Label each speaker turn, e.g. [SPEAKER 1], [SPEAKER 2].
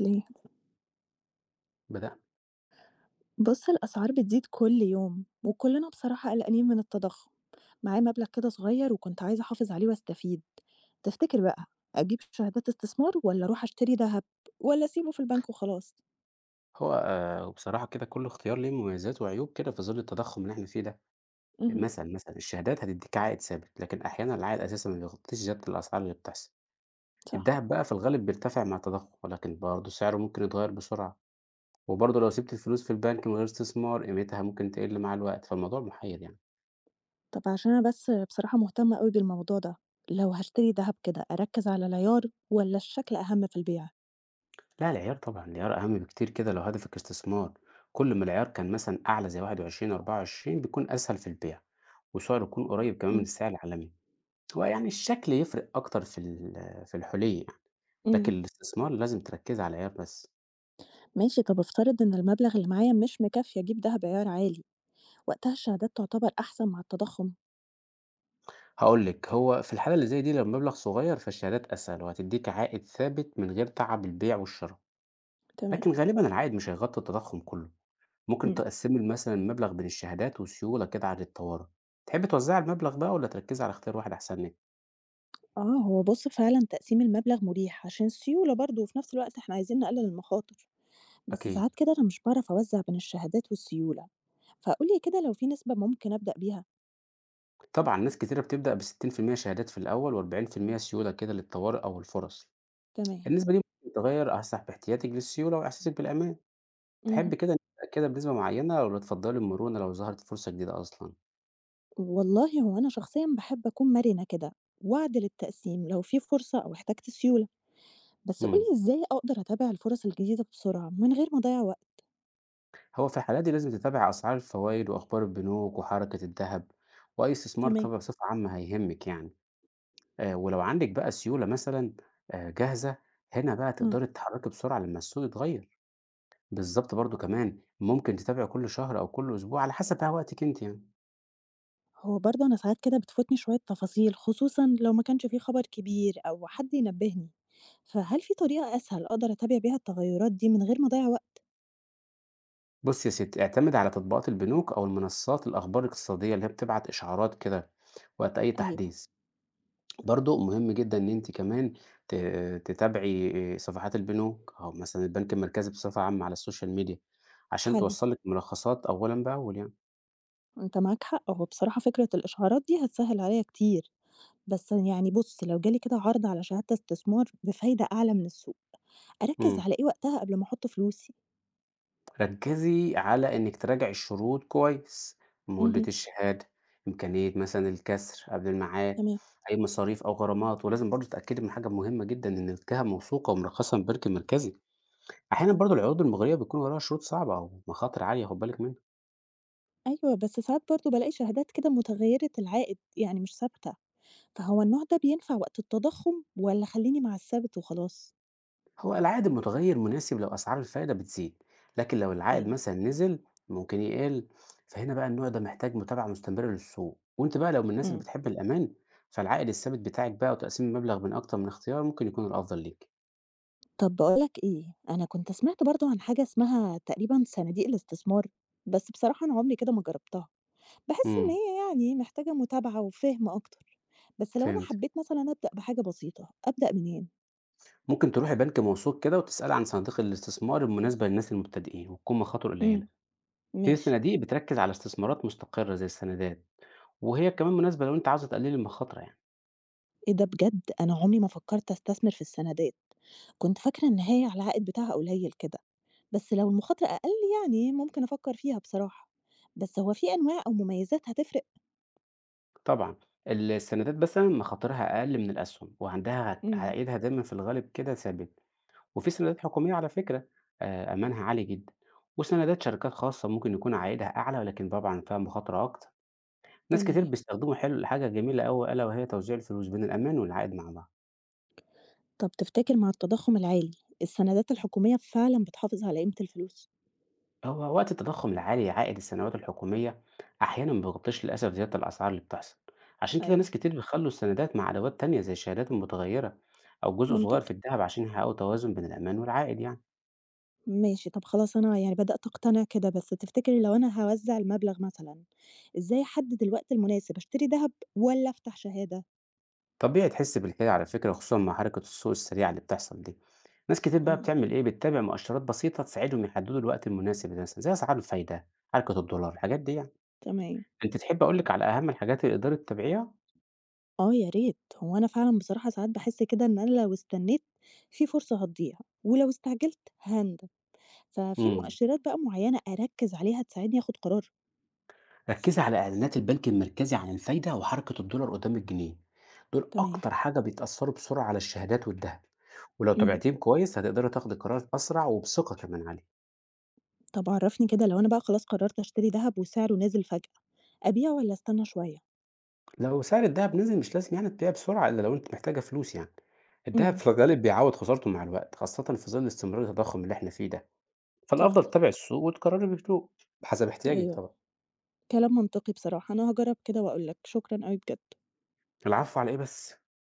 [SPEAKER 1] ليه؟
[SPEAKER 2] بدأنا.
[SPEAKER 1] بُص، الأسعار بتزيد كل يوم، وكلنا بصراحة قلقانين من التضخُّم. معايا مبلغ كده صغير وكنت عايزة أحافظ عليه وأستفيد. تفتكر بقى أجيب شهادات استثمار والّا أروح أشتري دهب والّا أسيبه في البنك وخلاص؟
[SPEAKER 2] هو بصراحة كده كل اختيار ليه مميزات وعيوب كده في ظل التضخُّم اللي إحنا فيه ده،
[SPEAKER 1] اهم،
[SPEAKER 2] مثلًا الشهادات هتدّيك عائد ثابت، لكن أحيانًا العائد أساسًا ما بيغطّيش زيادة الأسعار اللي بتحصل.
[SPEAKER 1] صح.
[SPEAKER 2] الدهب بقى في الغالب بيرتفع مع التضخُّم، ولكن برضه سعره ممكن يتغيّر بسرعة، وبرضه لو سِبت الفلوس في البنك من غير استثمار قيمتها ممكن تقِل مع الوقت، فالموضوع محيّر يعني.
[SPEAKER 1] طب عشان أنا بس بصراحة مهتمة أوي بالموضوع ده، لو هاشتري دهب كده أركّز على العيار والّا الشكل أهم في البيع؟
[SPEAKER 2] لأ العيار طبعًا، العيار أهَم بكتير كده لو هدفك استثمار، كل ما العيار كان مثلًا أعلى زي 21، 24 بيكون أسهل في البيع، وسعره يكون قريّب كمان من
[SPEAKER 1] إمم،
[SPEAKER 2] السعر العالمي. هو يعني الشكل يفرق أكتر في الحُلي يعني، لكن
[SPEAKER 1] إمم،
[SPEAKER 2] الاستثمار لازم تركّزي على العيار بس.
[SPEAKER 1] ماشي. طب افترض إن المبلغ اللي معايا مش مكفّي أجيب دهب عيار عالي، وقتها الشهادات تعتبر أحسن مع التضخُّم؟
[SPEAKER 2] هاقول لِك، هو في الحالة اللي زي دي لو المبلغ صغير فالشهادات أسهل وهتدّيكِ عائد ثابت من غير تعب البيع والشرا،
[SPEAKER 1] تمام.
[SPEAKER 2] لكن غالبًا العائد مش هيغطّي التضخُّم كُلّه. ممكن
[SPEAKER 1] إمم.
[SPEAKER 2] تقسّمي مثلًا المبلغ بين الشهادات وسيولة كده عن الطوارئ. تحبّي توزّعي المبلغ بقى والّا تركّزي على اختيار واحد أحسن لِك؟
[SPEAKER 1] آه، هو بُص فعلًا تقسيم المبلغ مريح عشان السيولة برضه، وفي نفس الوقت إحنا عايزين نقلل المخاطر، بس
[SPEAKER 2] أكيد.
[SPEAKER 1] ساعات كده أنا مش باعرف أوزّع بين الشهادات والسيولة، فقُل لي كده لو في نسبة ممكن أبدأ بيها؟
[SPEAKER 2] طبعًا ناس كتيرة بتبدأ ب60% شهادات في الأول و40% سيولة كده للطوارئ أو الفُرَص.
[SPEAKER 1] تمام.
[SPEAKER 2] النسبة دي ممكن تغيّر أصح باحتياطِك للسيولة وإحساسِك بالأمان. تحبّي
[SPEAKER 1] اهم.
[SPEAKER 2] كده نتأكدها بنسبة معيّنة والّا تفضّلي المرونة لو ظهرت فرصة جديدة أصلًا؟
[SPEAKER 1] والله هو أنا شخصيًا باحب أكون مرنة كده، وأعدل التقسيم لو في فرصة أو احتجت سيولة، بس قُل
[SPEAKER 2] إمم.
[SPEAKER 1] لي إزاي أقدر أتابع الفرص الجديدة بسرعة من غير ما أضيّع وقت؟
[SPEAKER 2] هو في الحالات دي لازم تتابعي أسعار الفوايد وأخبار البنوك وحركة الدهب وأي استثمار كده
[SPEAKER 1] تمام.
[SPEAKER 2] بصفة عامة هيهمِّك يعني. ولو عندِك بقى سيولة مثلًا جاهزة، هنا بقى
[SPEAKER 1] مم.
[SPEAKER 2] تقدري تتحرّكي بسرعة لمّا السوق يتغيّر. بالضبط برضه كمان ممكن تتابعي كل شهر أو كل أسبوع على حسب بقى وقتِك أنتِ يعني.
[SPEAKER 1] هو برضه أنا ساعات كده بتفوتني شوية تفاصيل خصوصًا لو ما كانش في خبر كبير أو حد ينبهني، فهل في طريقة أسهل أقدر أتابع بيها التغيرات دي من غير ما أضيع وقت؟
[SPEAKER 2] بص يا ستي اعتمد على تطبيقات البنوك أو المنصات الأخبار الاقتصادية اللي هي بتبعت إشعارات كده وقت أي
[SPEAKER 1] أيوه،
[SPEAKER 2] تحديث. برضو مهم جدا إن أنت كمان تتابعي صفحات البنوك أو مثلا البنك المركزي بصفة عامة على السوشيال ميديا عشان
[SPEAKER 1] حلو،
[SPEAKER 2] توصلك ملخصات أولا بأول يعني.
[SPEAKER 1] أنت معاك حق، هو بصراحة فكرة الإشعارات دي هتسهل عليا كتير، بس يعني بُص لو جالي كده عرض على شهادة استثمار بفايدة أعلى من السوق، أركز
[SPEAKER 2] مم.
[SPEAKER 1] على إيه وقتها قبل ما أحط فلوسي؟
[SPEAKER 2] ركزي على إنك تراجعي الشروط كويس، مدة
[SPEAKER 1] اهم،
[SPEAKER 2] الشهادة، إمكانية مثلا الكسر قبل الميعاد،
[SPEAKER 1] تمام،
[SPEAKER 2] أي مصاريف أو غرامات، ولازم برضو تتأكدي من حاجة مهمة جدا إن الجهة موثوقة ومرخصة من البنك المركزي. أحيانًا برضه العروض المغرية بتكون وراها شروط صعبة أو مخاطر عالية، خُد بالِك منها.
[SPEAKER 1] أيوه، بس ساعات برضه بالاقي شهادات كده متغيرة العائد يعني مش ثابتة. فهو النوع ده بينفع وقت التضخم والّا خلّيني مع الثابت وخلاص؟
[SPEAKER 2] هو العائد المتغيّر مناسب لو أسعار الفايدة بتزيد، لكن لو العائد
[SPEAKER 1] أيوه،
[SPEAKER 2] مثلًا نزل ممكن يقِل، فهنا بقى النوع ده محتاج متابعة مستمرة للسوق. وأنتِ بقى لو من الناس اللي
[SPEAKER 1] إمم.
[SPEAKER 2] بتحب الأمان، فالعائد الثابت بتاعِك بقى وتقسيم المبلغ بين أكتر من اختيار ممكن يكون الأفضل ليكِ.
[SPEAKER 1] طب باقول لك إيه، أنا كنت سمعت برضه عن حاجة اسمها تقريبًا صناديق الاستثمار، بس بصراحة أنا عمري كده ما جربتها، باحس إن
[SPEAKER 2] إمم،
[SPEAKER 1] هي يعني محتاجة متابعة وفهم أكتر، بس لو أنا
[SPEAKER 2] فهمت.
[SPEAKER 1] حبيت مثلًا أبدأ بحاجة بسيطة، أبدأ منين؟
[SPEAKER 2] ممكن تروحي بنك موثوق كده وتسألي عن صناديق الاستثمار المناسبة للناس المبتدئين وتكون مخاطره قليلة.
[SPEAKER 1] إمم،
[SPEAKER 2] هي
[SPEAKER 1] ماشي.
[SPEAKER 2] الصناديق بتركز على استثمارات مستقرة زي السندات، وهي كمان مناسبة لو انت عاوز تقلل المخاطرة يعني.
[SPEAKER 1] إيه ده بجد! أنا عمري ما فكرت أستثمر في السندات، كنت فاكرة إن هي على العائد بتاعها قليل كده. بس لو المخاطرة أقل يعني ممكن أفكر فيها بصراحة، بس هو في أنواع أو مميزات هتفرق؟
[SPEAKER 2] طبعا السندات مثلا مخاطرها أقل من الأسهم وعندها
[SPEAKER 1] امم،
[SPEAKER 2] عائدها دايما في الغالب كده ثابت. وفي سندات حكومية على فكرة، آه، أمانها عالي جدا. وسندات شركات خاصة ممكن يكون عائدها أعلى ولكن طبعا فيها مخاطرة أكتر. ناس كتير
[SPEAKER 1] تمام.
[SPEAKER 2] بيستخدموا حلو حاجة جميلة أوي ألا وهي توزيع الفلوس بين الأمان والعائد مع بعض.
[SPEAKER 1] طب تفتكر مع التضخم العالي السندات الحكومية فعلا بتحافظ على قيمة الفلوس؟
[SPEAKER 2] هو وقت التضخم العالي عائد السندات الحكومية أحيانا ما بيغطيش للأسف زيادة الأسعار اللي بتحصل، عشان كده
[SPEAKER 1] ايوه،
[SPEAKER 2] ناس كتير بيخلوا السندات مع أدوات تانية زي الشهادات المتغيرة أو جزء صغير في
[SPEAKER 1] منطقي،
[SPEAKER 2] الذهب عشان يحققوا توازن بين الأمان والعائد يعني.
[SPEAKER 1] ماشي. طب خلاص أنا يعني بدأت أقتنع كده، بس تفتكر لو أنا هوزع المبلغ مثلا إزاي أحدد الوقت المناسب أشتري ذهب ولا أفتح شهادة؟
[SPEAKER 2] طبيعي تحس بالكده على فكرة خصوصا مع حركة السوق السريعة اللي بتحصل دي. ناس كتير بقى
[SPEAKER 1] امم،
[SPEAKER 2] بتعمل إيه، بتتابع مؤشرات بسيطة تساعدهم يحددوا الوقت المناسب مثلا زي أسعار الفايدة، حركة الدولار، الحاجات دي يعني.
[SPEAKER 1] تمام.
[SPEAKER 2] أنت تحب أقولك على أهم الحاجات اللي تقدر تتابعيها؟
[SPEAKER 1] اه يا ريت، هو انا فعلا بصراحة ساعات بحس كده ان انا لو استنيت في فرصة هتضيع، ولو استعجلت هندم، ففي
[SPEAKER 2] امم.
[SPEAKER 1] مؤشرات بقى معينة أركّز عليها تساعدني آخُد قرار؟
[SPEAKER 2] ركزي على إعلانات البنك المركزي عن الفايدة وحركة الدولار قدام الجنيه، دول
[SPEAKER 1] تمام.
[SPEAKER 2] أكتر حاجة بيتأثروا بسرعة على الشهادات والذهب. ولو
[SPEAKER 1] اهم.
[SPEAKER 2] تابعتيهم كويس هتقدري تاخدي قرار أسرع وبثقة كمان عليه.
[SPEAKER 1] طب عرّفني كده لو أنا بقى خلاص قررت أشتري دهب وسعره نزل فجأة، أبيعه والّا أستنى شوية؟
[SPEAKER 2] لو سعر الذهب نزل مش لازم يعني تبيع بسرعة إلا لو أنت محتاجة فلوس يعني. الذهب
[SPEAKER 1] إمم،
[SPEAKER 2] في الغالب بيعوض خسارته مع الوقت خاصة في ظل استمرار التضخم اللي احنا فيه ده، فالأفضل
[SPEAKER 1] صح،
[SPEAKER 2] تتابع السوق وتقرري بهدوء حسب احتياجك
[SPEAKER 1] أيوه،
[SPEAKER 2] طبعا.
[SPEAKER 1] كلام منطقي بصراحة، أنا هاجرّب كده وأقول لك، شكرًا أوي بجد.
[SPEAKER 2] العفو على إيه بس.